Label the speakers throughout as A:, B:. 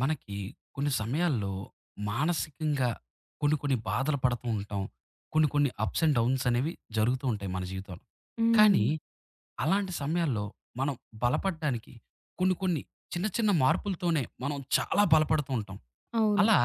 A: మనకి కొన్ని సమయాల్లో మానసికంగా కొన్ని కొన్ని బాధలు పడుతూ ఉంటాం. కొన్ని కొన్ని అప్స్ అండ్ డౌన్స్ అనేవి జరుగుతూ ఉంటాయి మన జీవితంలో.
B: హ్మ్.
A: కానీ అలాంటి సమయాల్లో మనం బలపడ్డానికి కొన్ని కొన్ని చిన్న చిన్న మార్పులతోనే మనం చాలా బలపడుతూ ఉంటాం.
B: అవును.
A: అలా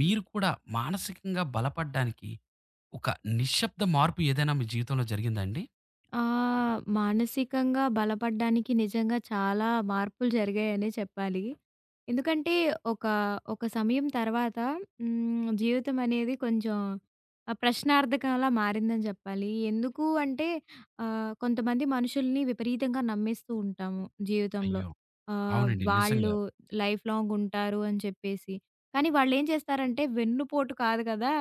A: మీరు కూడా మానసికంగా బలపడ్డానికి ఒక నిశ్శబ్ద మార్పు ఏదైనా మీ జీవితంలో జరిగిందా అండి?
B: మానసికంగా బలపడ్డానికి నిజంగా చాలా మార్పులు జరిగాయనే చెప్పాలి. ఎందుకంటే ఒక, ఒక సమయం తర్వాత జీవితం అనేది కొంచెం ప్రశ్నార్థకంలా మారిందని చెప్పాలి. ఎందుకు అంటే కొంతమంది మనుషుల్ని విపరీతంగా నమ్మేస్తూ ఉంటాము జీవితంలో.
A: అయ్యో! అవునండి,
B: వాళ్ళు
A: నిజంగా.
B: లైఫ్ లాంగ్ ఉంటారు అని చెప్పేసి. కానీ వాళ్ళేం చేస్తారంటే వెన్నుపోటు కాదు కదా!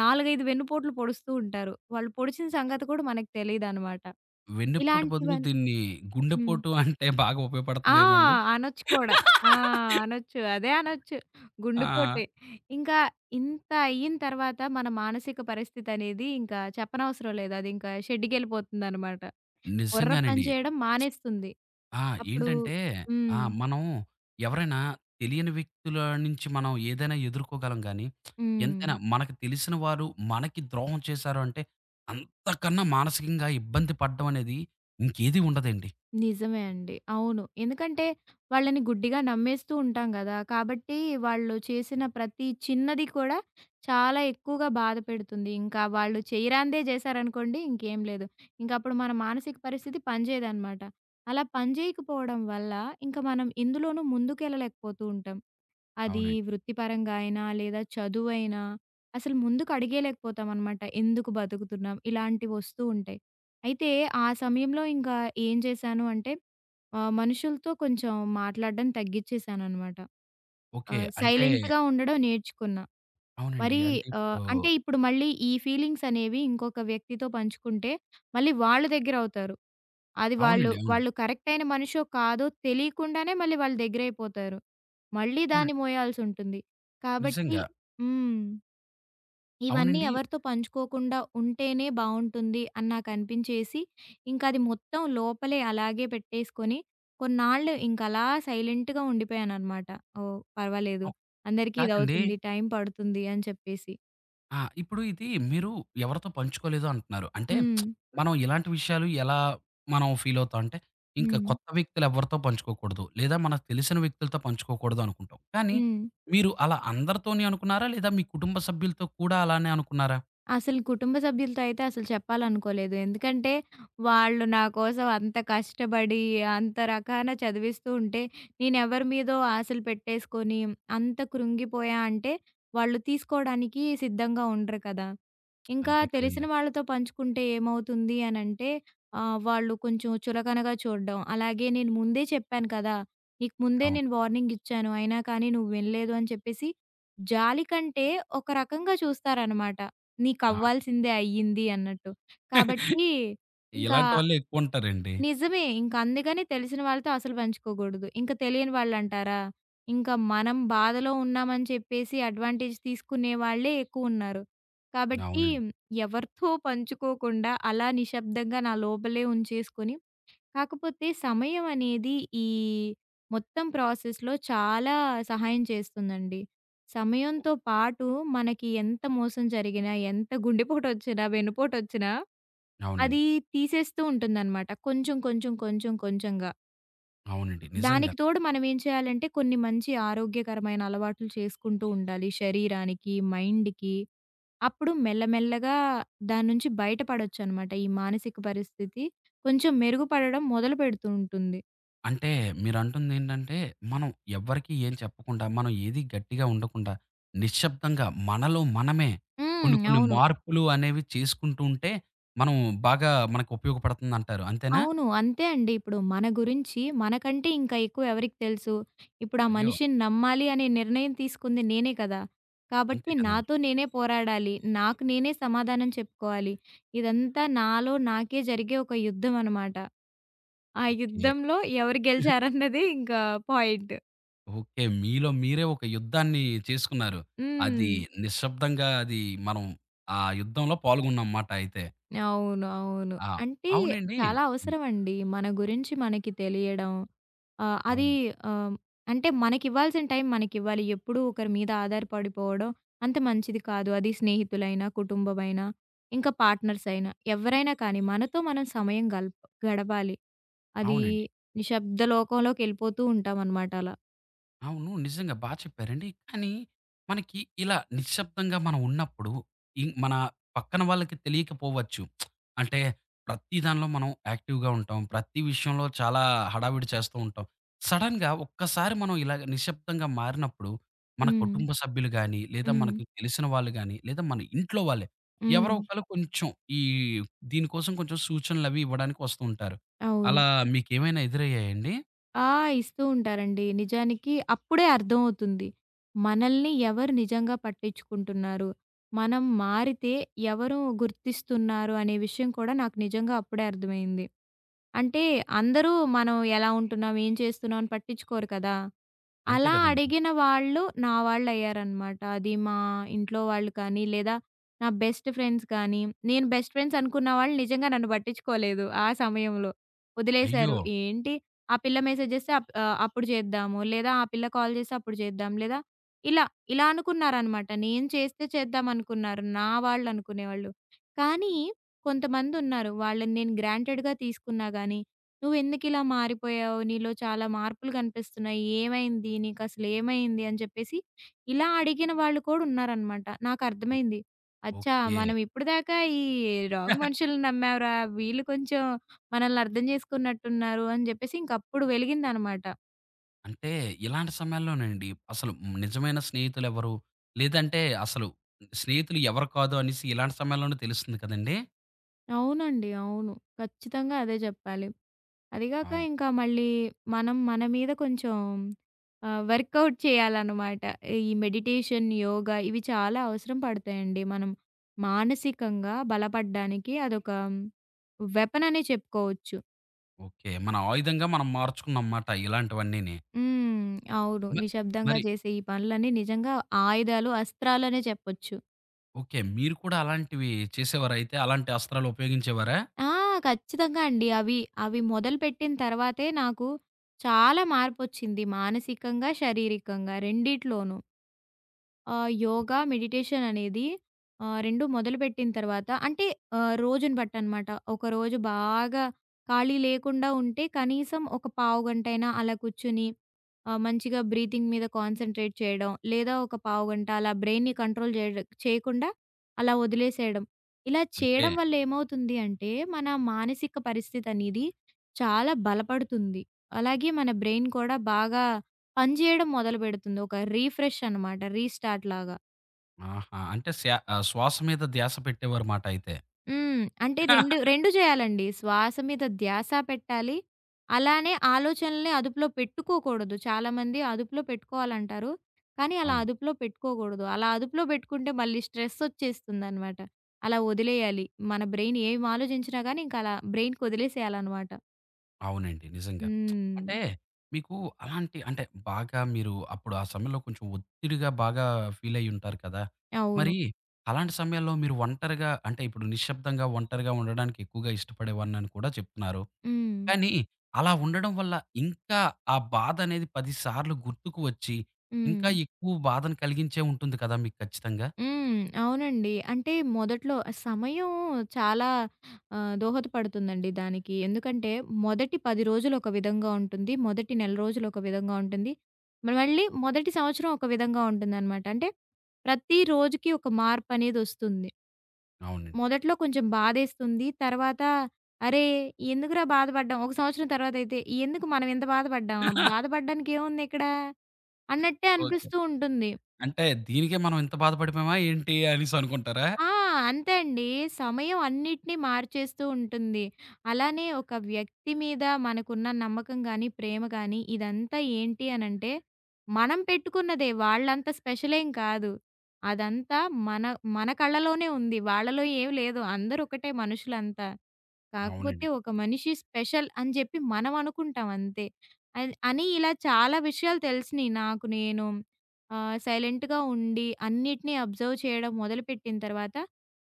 B: 4, 5 వెన్నుపోట్లు పొడుస్తూ ఉంటారు. వాళ్ళు పొడిచిన సంగతి కూడా మనకు తెలీదనమాట.
A: వెన్నుపోటు బదులు
B: ఇలాంటివన్
A: దీన్ని
B: హ్మ్.
A: గుండెపోటు అంటే బాగా
B: ఆ!
A: ఉపయోగపడతదేమో అండి.
B: అనొచ్చు కూడా. ఆ! అనొచ్చు. అదే అనొచ్చు.
A: ఆ,
B: గుండెపోటే. ఇంకా ఇంత అయిన తర్వాత మన మానసిక పరిస్థితనేది ఇంకా చెప్పనవసరం లేదు. అది ఇంకా షెడ్డుకెళ్ళిపోతుందనమాట. బుర్ర పని
A: నిజంగానండి.
B: చేయడం మానేస్తుంది.
A: ఆ,
B: అప్పుడు
A: ఏంటంటే,
B: హ్మ్.
A: ఆ, మనం ఎవరైనా తెలియని వ్యక్తుల నుంచి మనం ఏదైనా ఎదుర్కోగలం గానీ, ఎంతైనా
B: హ్మ్.
A: మనకు తెలిసిన వారు మనకి ద్రోహం చేశారు అంటే, అంతకన్నా మానసికంగా ఇబ్బంది పడడం అనేది ఇంకేది ఉండదండి.
B: నిజమే అండి. అవును. ఎందుకంటే వాళ్ళని గుడ్డిగా నమ్మేస్తూ ఉంటాం గదా! కాబట్టి వాళ్ళు చేసిన ప్రతి చిన్నది కూడా చాలా ఎక్కువగా బాధ పెడుతుంది. ఇంకా వాళ్ళు చేయరానిదే జేశారనుకోండి ఇంకేం లేదు. ఇంకప్పుడు మన మానసిక పరిస్థితి పనిజేయదనమాట. అలా పనిజేయకపోవడం వల్ల ఇంక మనం ఇందులోనూ ముందుకెళ్ళలేకపోతూ ఉంటాం. అది
A: అవునండి.
B: వృత్తిపరంగా అయినా, లేదా చదువైనా, అసలు ముందుకు అడిగేయలేకపోతామనమాట. ఎందుకు బతుకుతున్నాం? ఇలాంటివి వస్తూ ఉంటాయి. అయితే ఆ సమయంలో ఇంకా ఏం చేశాను అంటే, మనుషులతో కొంచెం మాట్లాడడం తగ్గిచ్చేసాననమాట.
A: ఓకే, అంటే
B: సైలెంట్‌గా ఉండడం నేర్చుకున్నా.
A: అవునండి,
B: మరి
A: అంటే ఇప్పుడు
B: అంటే ఇప్పుడు మళ్ళీ ఈ ఫీలింగ్స్ అనేవి ఇంకొక వ్యక్తితో పంచుకుంటే మళ్ళీ వాళ్ళ దగ్గర అవుతారు. అది వాళ్ళు,
A: అవునండి, అవును.
B: వాళ్ళు కరెక్ట్ అయిన మనిషో కాదో తెలియకుండానే మళ్ళీ వాళ్ళ దగ్గరైపోతారు. మళ్ళీ దాన్ని
A: అవునండి,
B: మోయాల్సుంటుంది. కాబట్టి
A: నిజంగా.
B: హ్మ్. ఇవన్నీ
A: అవునండి.
B: ఎవరితో పంచుకోకుండా ఉంటేనే బావుంటుంది అని నాకనిపించేసి ఇంకది మొత్తం లోపలే అలాగే పెట్టేసుకొని కొన్నాళ్ళు ఇంకలా సైలెంట్‌గా ఉండిపోయాననమాట. ఓహ్! పర్వాలేదు.
A: అవ్
B: అందరికీ
A: కాదండి,
B: ఇదవుతుంది. టైం పడుతుంది అని చెప్పేసి.
A: ఆ, ఇప్పుడు ఇది మీరు ఎవరితో పంచుకోలేదు అంటున్నారు. అంటే
B: హ్మ్.
A: మనం ఇలాంటి విషయాలు ఎలా మనం ఫీల్ అవుతాం అంటే, ఇంకా
B: హ్మ్.
A: కొత్త వ్యక్తులు ఎవరితో పంచుకోకూడదు, లేదా మనకు తెలిసిన వ్యక్తులతో పంచుకోకూడదు అనుకుంటాం. కానీ
B: హ్మ్.
A: మీరు అలా అందరితోని అనుకున్నారా? లేదా మీ కుటుంబ సభ్యులతో కూడా అలానే అనుకున్నారా?
B: అసలు కుటుంబ సభ్యులతో అయితే అసలు చెప్పాలనుకోలేదు. ఎందుకంటే, వాళ్ళు నా కోసం అంత కష్టపడి, అంత రకాన చదివిస్తూ ఉంటే, నేనెవరి మీదో ఆశలు పెట్టేసుకొని, అంత కృంగిపోయా అంటే, వాళ్ళు తీసుకోడానికి సిద్ధంగా ఉండరు కదా! ఇంకా
A: అంతే
B: తెలిసిన
A: కదండీ.
B: వాళ్ళతో పంచుకుంటే ఏమవుతుంది అనంటే, వాళ్ళు కొంచెం చులకనగా చూడడం. అలాగే నేను ముందే చెప్పాను కదా! నీకు ముందే
A: అవును.
B: నేను వార్నింగ్ ఇచ్చాను. అయినా కానీ నువ్వు వినలేదు అని చెప్పేసి, జాలి కంటే ఒక రకంగా చూస్తారనమాట.
A: ఆ,
B: నీకవ్వాల్సిందే అయ్యింది అన్నట్టు. కాబట్టి ఇంకా
A: ఇలాంటి వాళ్ళే ఎక్కువ ఉంటారండి.
B: నిజమే. ఇంక అందుకని తెలిసిన వాళ్ళతో అసలు పంచుకోకూడదు. ఇంక తెలియని వాళ్ళంటారా? ఇంకా మనం బాధలో ఉన్నామని చెప్పేసి అడ్వాంటేజ్ తీసుకునే వాళ్ళే ఎక్కువున్నారు. కాబట్టి
A: అవునండి.
B: ఎవరితో పంచుకోకుండా అలా నిశ్శబ్దంగా నా లోపలే ఉంచేసుకొని కాకపోతే సమయం అనేది ఈ మొత్తం ప్రాసెస్‌లో చాలా సహాయం చేస్తుందండి. సమయంతో పాటు మనకి ఎంత మోసం జరిగినా, ఎంత గుండెపోటొచ్చినా, వెన్నుపోటొచ్చినా అది
A: అవునండి.
B: తీసేస్తూ ఉంటుందనమాట. కొంచెం, కొంచెం, కొంచెం, కొంచెంగా.
A: అవునండి, నిజంగా.
B: దానికి తోడు మనం ఏం చేయాలంటే కొన్ని మంచి ఆరోగ్యకరమైన అలవాట్లు చేసుకుంటూ ఉండాలి శరీరానికి, మైండ్‌కి. అప్పుడు మెల్లమెల్లగా దాని నుంచి బయటపడొచ్చనమాట. ఈ మానసిక పరిస్థితి కొంచెం మెరుగుపడడం మొదలుపెడుతూ ఉంటుంది.
A: అంటే మీరంటుందేంటంటే, మనం ఎవ్వరికీ ఏం చెప్పకుండా, మనం ఏది గట్టిగా ఉండకుండా, నిశ్శబ్దంగా మనలో మనమే
B: హ్మ్.
A: కొన్ని కొన్ని
B: అవును.
A: మార్పులు అనేవి చేసుకుంటూ ఉంటే, మనం బాగా మనకు ఉపయోగపడుతుందంటారు. అంతేనా?
B: అవును. అంతే అండి. ఇప్పుడు మన గురించి మనకంటే ఇంకా ఎక్కువ ఎవరికి తెలుసు? ఇప్పుడు ఆ
A: అయ్యో!
B: మనిషిని నమ్మాలి అనే నిర్ణయం తీసుకుంది నేనే కదా!
A: అంతే
B: కాబట్టి
A: కదండీ.
B: నాతో నేనే పోరాడాలి. నాకు నేనే సమాధానం చెప్పుకోవాలి. ఇదంతా నాలో నాకే జరిగే ఒక యుద్ధం అన్నమాట. ఆ
A: ఓకే.
B: యుద్ధంలో ఎవరు గెలిచారన్నదే ఇంకా పాయింట్.
A: ఓకే, మీలో మీరే ఒక యుద్ధాన్ని చేసుకున్నారు.
B: హ్మ్.
A: అది నిశ్శబ్దంగా అది మనం ఆ యుద్ధంలో పాల్గొన్నాంమాట అయితే.
B: అవును. అవును.
A: ఆ,
B: అంటే
A: అవునండి.
B: చాలా
A: హ్మ్.
B: అవసరమండి. మన గురించి మనకి తెలియడం. ఆహ్, అది
A: అవును.
B: ఆహ్, అంటే మనకివ్వాల్సిన టైం మనకివ్వాలి. ఎప్పుడూ ఒకరి మీద ఆధారపడిపోవడం అంత మంచిది కాదు. అది స్నేహితులైనా, కుటుంబమైనా, ఇంకా పార్ట్నర్స్ అయినా ఎవరైనా కానీ మనతో మనం సమయం గడపాలి. అది
A: అవునండి,
B: నిశ్శబ్ద లోకంలోకెళ్ళిపోతూ ఉంటామనమాట అలా.
A: అవును, నిజంగా బా చెప్పారండి. కానీ మనకి ఇలా నిశ్శబ్దంగా మనం ఉన్నప్పుడు మన పక్కన వాళ్ళకి తెలియకపోవచ్చు. అంటే ప్రతి దానిలో మనం యాక్టివ్‌గా ఉంటాం. ప్రతి విషయంలో చాలా హడావిడి చేస్తూ ఉంటాం. సడెన్‌గా ఒక్కసారి మనం ఇలాగ నిశ్శబ్దంగా మారినప్పుడు మన
B: హ్మ్.
A: కుటుంబ సభ్యులు గాని, లేదా
B: హ్మ్.
A: మనకి తెలిసిన వాళ్ళు గాని, లేదా మన ఇంట్లో వాళ్ళే ఎవరో
B: హ్మ్.
A: ఒకళ్ళు కొంచెం ఈ దీనికోసం కొంచెం సూచనలవి ఇవ్వడానికి వస్తూ ఉంటారు.
B: అవును.
A: అలా మీకేమైనా ఎదురయ్యాయండి?
B: ఆ! ఇస్తూ ఉంటారండి. నిజానికి అప్పుడే అర్థమవుతుంది. మనల్ని ఎవరు నిజంగా పట్టించుకుంటున్నారు? మనం మారితే ఎవరు గుర్తిస్తున్నారు అనే విషయం కూడా నాకు నిజంగా అప్పుడే అర్థమైంది. అంటే అందరూ మనం ఎలా ఉంటున్నాం, ఏం చేస్తున్నాం అని పట్టించుకోరు కదా!
A: అంతే
B: అలా
A: కదండీ!
B: అడిగిన వాళ్ళు నా వాళ్ళయ్యారనమాట. అది మా ఇంట్లో వాళ్ళు కానీ, లేదా నా బెస్ట్ ఫ్రెండ్స్ కానీ, నేను బెస్ట్ ఫ్రెండ్స్ అనుకున్న వాళ్ళు నిజంగా నన్ను పట్టించుకోలేదు ఆ సమయంలో.
A: అయ్యో!
B: వదిలేశారు. ఏంటి ఆ పిల్ల మెసేజ్ చేస్తే అప్పుడు చేద్దాము. లేదా ఆ పిల్ల కాల్ చేస్తే అప్పుడు చేద్దాం. లేదా ఇలా, ఇలా అనుకున్నారనమాట. నేను చేస్తే చేద్దాం అనుకున్నారు. నా వాళ్ళనుకునేవాళ్ళు. కానీ కొంతమందున్నారు. వాళ్ళని నేను గ్రాంటెడ్‌గా తీసుకున్నా గాని, "నువ్వెందుకిలా మారిపోయావు? నీలో చాలా మార్పులు కనిపిస్తున్నాయి. ఏమైంది? నీకసలు ఏమైంది?" అని చెప్పేసి ఇలా అడిగిన వాళ్ళు కూడా ఉన్నారనమాట. నాకర్థమైంది. అచ్చా!
A: ఓకే.
B: మనం ఇప్పటిదాకా ఈ రాంగ్ మనుషుల్ని నమ్మావురా! వీళ్ళు కొంచెం మనల్ని అర్థం చేసుకున్నట్టున్నారు అని జెప్పేసి ఇంకప్పుడు వెలిగిందనమాట.
A: అంటే ఇలాంటి సమయాల్లోనండి అసలు నిజమైన స్నేహితులెవరు? లేదంటే అసలు స్నేహితులు ఎవరు కాదు అనేసి ఇలాంటి సమయాల్లోనే తెలుస్తుంది కదండీ!
B: అవునండి. అవును. ఖచ్చితంగా అదే జెప్పాలి. అదిగాక
A: అవును.
B: ఇంకా మళ్ళీ మనం మన మీద కొంచెం వర్కౌట్ చేయాలన్నమాట. ఈ మెడిటేషన్, యోగా ఇవి చాలా అవసరం పడతాయండి. మనం మానసికంగా బలపడ్డానికి అదొక వెపన్ అనే చెప్పుకోవచ్చు.
A: ఓకే, మన ఆయుధంగా మనం మార్చుకున్నాంమాట ఇలాంటివన్నీని.
B: హ్మ్. అవును.
A: మ
B: నిశ్శబ్దంగా
A: మరి
B: చేసే ఈ పనులన్నీ నిజంగా ఆయుధాలు, అస్త్రాలనే చెప్పొచ్చు.
A: ఓకే, మీరు కూడా అలాంటివి చేసేవారైతే? అలాంటి అస్త్రాలు ఉపయోగించేవారా?
B: ఆ! ఖచ్చితంగా అండి. అవి మొదలుపెట్టిన తర్వాతే నాకు చాలా మార్పొచ్చింది. మానసికంగా, శారీరకంగా రెండిట్లోనూ. యోగా, మెడిటేషన్ అనేది 2 మొదలుపెట్టిన తర్వాత అంటే రోజుని బట్టనమాట. ఒకరోజు బాగా ఖాళీ లేకుండా ఉంటే కనీసం ఒక పావుగంటైనా అలా కూర్చొని మంచిగా బ్రీతింగ్ మీద కాన్సంట్రేట్ చేయడం. లేదా ఒక పావుగంట అలా బ్రెయిన్‌ని కంట్రోల్ చేయకుండా అలా వదిలేసేయడం. ఇలా
A: అంటే
B: చేయడం వల్ల ఏమవుతుంది అంటే మన మానసిక పరిస్థితి అనేది చాలా బలపడుతుంది. అలాగే మన బ్రెయిన్ కూడా బాగా పని చేయడం మొదలుపెడుతుంది. ఒక రిఫ్రెష్ అనమాట. రీస్టార్ట్ లాగా.
A: ఆహా! అంటే శ్వాస మీద ధ్యాస పెట్టేవారుమాట అయితే.
B: హ్మ్. అంటే 2, 2 చేయాలండి. శ్వాస మీద ధ్యాస పెట్టాలి. అలానే ఆలోచనల్ని అదుపులో పెట్టుకోకూడదు. చాలామంది అదుపులో పెట్టుకోవాలంటారు. కానీ అలా
A: అవును.
B: అదుపులో పెట్టుకోకూడదు. అలా అదుపులో పెట్టుకుంటే మళ్ళీ స్ట్రెసొచ్చేస్తుందనమాట. అలా వదిలేయాలి. మన బ్రెయిన్ ఏం ఆలోచించినా గానీ ఇంక అలా బ్రెయిన్‌కి వదిలేసేయాలనమాట.
A: అవునండి, నిజంగా.
B: హ్మ్.
A: అంటే మీకు అలాంటి, అంటే బాగా మీరు అప్పుడు ఆ సమయంలో కొంచెం ఒత్తిడిగా బాగా ఫీలయ్యుంటారు కదా!
B: అవును.
A: మరి అలాంటి సమయాల్లో మీరు ఒంటరిగా, అంటే ఇప్పుడు నిశ్శబ్దంగా, ఒంటరిగా ఉండడానికి ఎక్కువగా ఇష్టపడేవాడినని కూడా చెప్తున్నారు.
B: హ్మ్.
A: కానీ అలా ఉండడం వల్ల ఇంకా ఆ బాధనేది 10 సార్లు గుర్తుకు వచ్చి
B: హ్మ్.
A: ఇంకా ఎక్కువ బాధను కలిగించే ఉంటుంది కదా! మీకు ఖచ్చితంగా.
B: హ్మ్. అవునండి. అంటే మొదట్లో సమయం చాలా దోహదపడుతుందండి దానికి. ఎందుకంటే మొదటి 10 రోజులు ఒక విధంగా ఉంటుంది. మొదటి నెల రోజులు ఒక విధంగా ఉంటుంది. మళ్ళీ మొదటి సంవత్సరం ఒక విధంగా ఉంటుందనమాట. అంటే ప్రతి రోజుకి ఒక మార్పనేదొస్తుంది.
A: అవునండి.
B: మొదట్లో కొంచెం బాధేస్తుంది. తర్వాత అరే! ఎందుకురా బాధపడ్డాం? ఒక సంవత్సరం తర్వాతయితే ఎందుకు మనం ఇంత బాధపడ్డాం? బాధపడడానికేముందిక్కడ అన్నట్టే
A: ఓకే.
B: అనిపిస్తూ ఉంటుంది.
A: అంటే దీనికే మనం ఇంత బాధపడిపోయామా ఏంటి అనేసి అనుకుంటారా?
B: ఆ! అంతే అండి. సమయం అన్నిటిని మార్చేస్తూ ఉంటుంది. అలానే ఒక వ్యక్తి మీద మనకున్న నమ్మకం గానీ, ప్రేమ గానీ ఇదంతా ఏంటి అనంటే, మనం పెట్టుకున్నదే వాళ్ళంత స్పెషల్ ఏం కాదు. అదంతా మన మన కళ్ళలోనే ఉంది. వాళ్ళలో ఏమి లేదు. అందరూ ఒకటే మనుషులంతా. కాకపోతే
A: అవునండి.
B: ఒక మనిషి స్పెషల్ అని చెప్పి మనం అనుకుంటాం అంతే. అని ఇలా చాలా విషయాలు తెలిసినియి నాకు నేను. సైలెంట్‌గా ఉండి అన్నిటిని అబ్జర్వ్ చేయడం మొదలుపెట్టిన తర్వాత,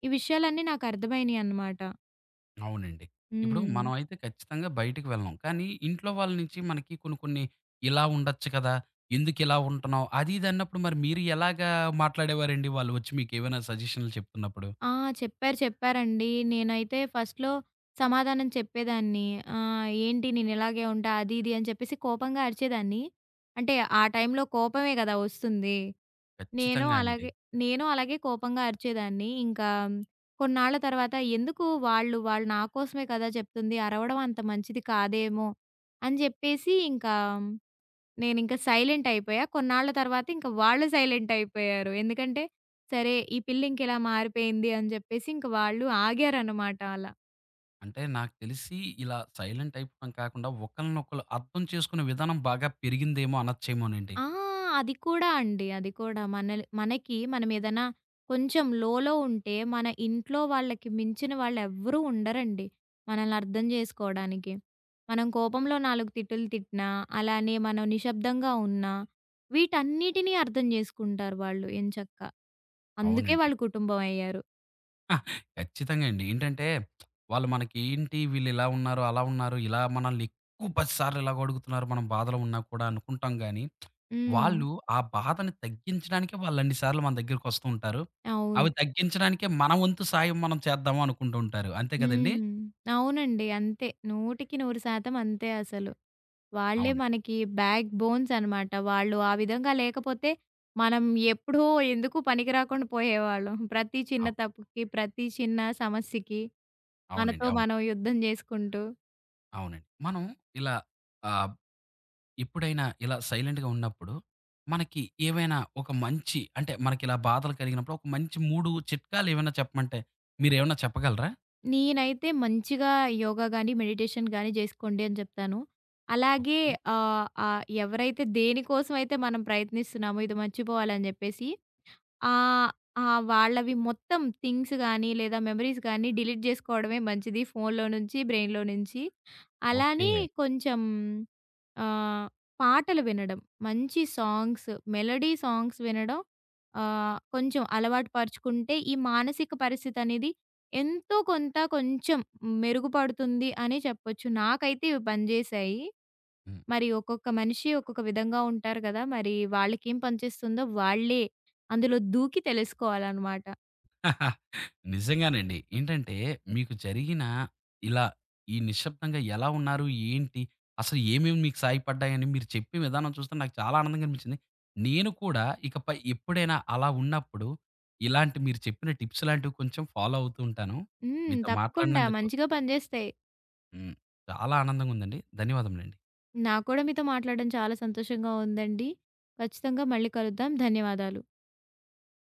B: ఈ విషయాలన్నీ నాకు అర్థమైనియి అన్నమాట.
A: అవునండి. ఇప్పుడు
B: హ్మ్.
A: మనం అయితే ఖచ్చితంగా బయటికి వెళ్ళం. కానీ ఇంట్లో వాళ్ళ నుంచి మనకి కొన్ని కొన్ని ఇలా ఉండొచ్చు కదా! ఎందుకిలా ఉంటున్నావు? అది ఇది అన్నప్పుడు మరి మీరు ఎలాగా మాట్లాడేవారండి వాళ్ళు వచ్చి మీకేమైనా సజెషన్‌లు చెప్తున్నప్పుడు? హ్మ్.
B: ఆ! చెప్పారు. చెప్పారండి. నేనైతే ఫస్ట్‌లో సమాధానం చెప్పేదాన్ని. ఏంటి నేను ఇలాగే ఉంటా అది ఇది అని చెప్పేసి కోపంగా అరిచేదాన్ని. అంటే ఆ టైంలో కోపమే కదా! వస్తుంది. నేను
A: ఖచ్చితంగా అండి.
B: అలాగే నేను అలాగే కోపంగా అరిచేదాన్ని. ఇంకా కొన్నాళ్ళ తర్వాత ఎందుకు వాళ్ళు వాళ్ళు నా కోసమే కదా చెప్తుంది. అరవడం అంత మంచిది కాదేమో అని జెప్పేసి ఇంకా నేనింక సైలెంట్ అయిపోయా. కొన్నాళ్ళ తర్వాత ఇంక వాళ్ళు సైలెంట్ అయిపోయారు. ఎందుకంటే సరే ఈ పిల్ల ఇంకిలా మారిపోయింది అని జెప్పేసి ఇంక వాళ్ళు ఆగారనమాట అలా.
A: అంటే నాకు తెలిసి ఇలా సైలెంట్ అయిపోవడం కాకుండా ఒకళ్ళనొకళ్ళు అర్థం చేసుకునే విధానం బాగా పెరిగిందేమో అనచ్చేమోనండి.
B: ఆ! అది కూడా అండి. అది కూడా. మనకి మనమేదైనా కొంచెం లోలో ఉంటే, మన ఇంట్లో వాళ్ళకి మించిన వాళ్ళెవ్వరూ ఉండరండి. మనల్ని అర్థం జేసుకోవడానికి. మనం కోపంలో 4 తిట్టులు తిట్టినా, అలానే మనం నిశ్శబ్దంగా ఉన్నా, వీటన్నిటిని అర్థం జేసుకుంటారు వాళ్ళు ఎంచక్కా. అందుకే
A: అవునండి.
B: వాళ్ళు కుటుంబం అయ్యారు.
A: హ, ఖచ్చితంగా అండి. ఏంటంటే వాళ్ళు మనకి ఏంటి వీళ్ళిలా ఉన్నారు, అలా ఉన్నారు, ఇలా మనల్ని ఎక్కువ 10 సార్లు ఇలాగ అడుగుతున్నారు మనం బాధలో ఉన్నా కూడా అనుకుంటాం గానీ
B: హ్మ్.
A: వాళ్ళు ఆ బాధని తగ్గించడానికే వాళ్ళన్ని సార్లు మన దగ్గరకొస్తూ ఉంటారు.
B: అవును.
A: అవి తగ్గించడానికే మన వంతు సాయం మనం చేద్దాము అనుకుంటూ ఉంటారు. అంతే కదండీ!
B: హ్మ్. అవునండి. అంతే. 100% అంతే అసలు. వాళ్ళే
A: అవునండి.
B: మనకి బ్యాక్ బోన్స్ అనమాట. వాళ్ళు ఆ విధంగా లేకపోతే మనం ఎప్పుడో ఎందుకు పనికి రాకుండా పోయేవాళ్ళం. ప్రతి చిన్న
A: అవు
B: తప్పుకి, ప్రతి చిన్న సమస్యకి
A: అవునండి,
B: మనతో
A: అవును.
B: మనం యుద్ధం జేసుకుంటూ.
A: అవునండి, మనం ఇలా ఆహ్, ఎప్పుడైనా ఇలా సైలెంట్‌గా ఉన్నప్పుడు మనకి ఏవైనా ఒక మంచి, అంటే మనకిలా బాధలు కలిగినప్పుడు ఒక మంచి 3 చిట్కాలేవైనా చెప్పమంటే మీరేమన్నా చెప్పగలరా?
B: నేనైతే మంచిగా యోగా గాని, మెడిటేషన్ గాని జేసుకోండి అని చెప్తాను. అలాగే
A: ఓకే.
B: ఆహ్, ఆహ్, ఎవరైతే దేనికోసమైతే మనం ప్రయత్నిస్తున్నామో ఇది మర్చిపోవాలని జెప్పేసి ఆహ్, ఆ! వాళ్ళవి మొత్తం థింగ్స్ గానీ, లేదా మెమరీస్ గానీ డిలీట్ జేసుకోవడమే మంచిది ఫోన్‌లో నుంచి, బ్రెయిన్‌లో నుంచి. అలానే
A: ఓకే.
B: కొంచెం ఆహ్, పాటలు వినడం, మంచి సాంగ్స్, మెలోడీ సాంగ్స్ వినడం కొంచెం అలవాటు పరుచుకుంటే ఈ మానసిక పరిస్థితి అనేది ఎంతో కొంత కొంచెం మెరుగుపడుతుంది అనే చెప్పొచ్చు. నాకైతే ఇవి పనిజేశాయి.
A: హ్మ్.
B: మరి ఒక్కొక్క మనిషి ఒక్కొక్క విధంగా ఉంటారు కదా! మరి వాళ్ళకేం పనిచేస్తుందో వాళ్ళే అందులో దూకి తెలుసుకోవాలనమాట.
A: నిజంగానండి. ఏంటంటే మీకు జరిగిన ఇలా ఈ నిశ్శబ్దంగా ఎలా ఉన్నారు? ఏంటి? అసలు ఏమేమి మీకు సహాయపడ్డాయని మీరు చెప్పే విధానం చూస్తే నాకు చాలా ఆనందంగా అనిపించింది. నేను కూడా ఇకపై ఎప్పుడైనా అలా ఉన్నప్పుడు ఇలాంటి మీరు చెప్పిన టిప్స్ లాంటివి కొంచెం ఫాలో అవుతూ ఉంటాను.
B: హ్మ్.
A: మీతో
B: తప్పకుండా
A: మాట్లాడినందుకు
B: మంచిగా పనిజేస్తాయి.
A: హ్మ్, చాలా ఆనందంగా ఉందండి. ధన్యవాదములండి.
B: నాకు కూడా మీతో మాట్లాడడం చాలా సంతోషంగా ఉందండి. ఖచ్చితంగా మళ్ళీ కలుద్దాం. ధన్యవాదాలు.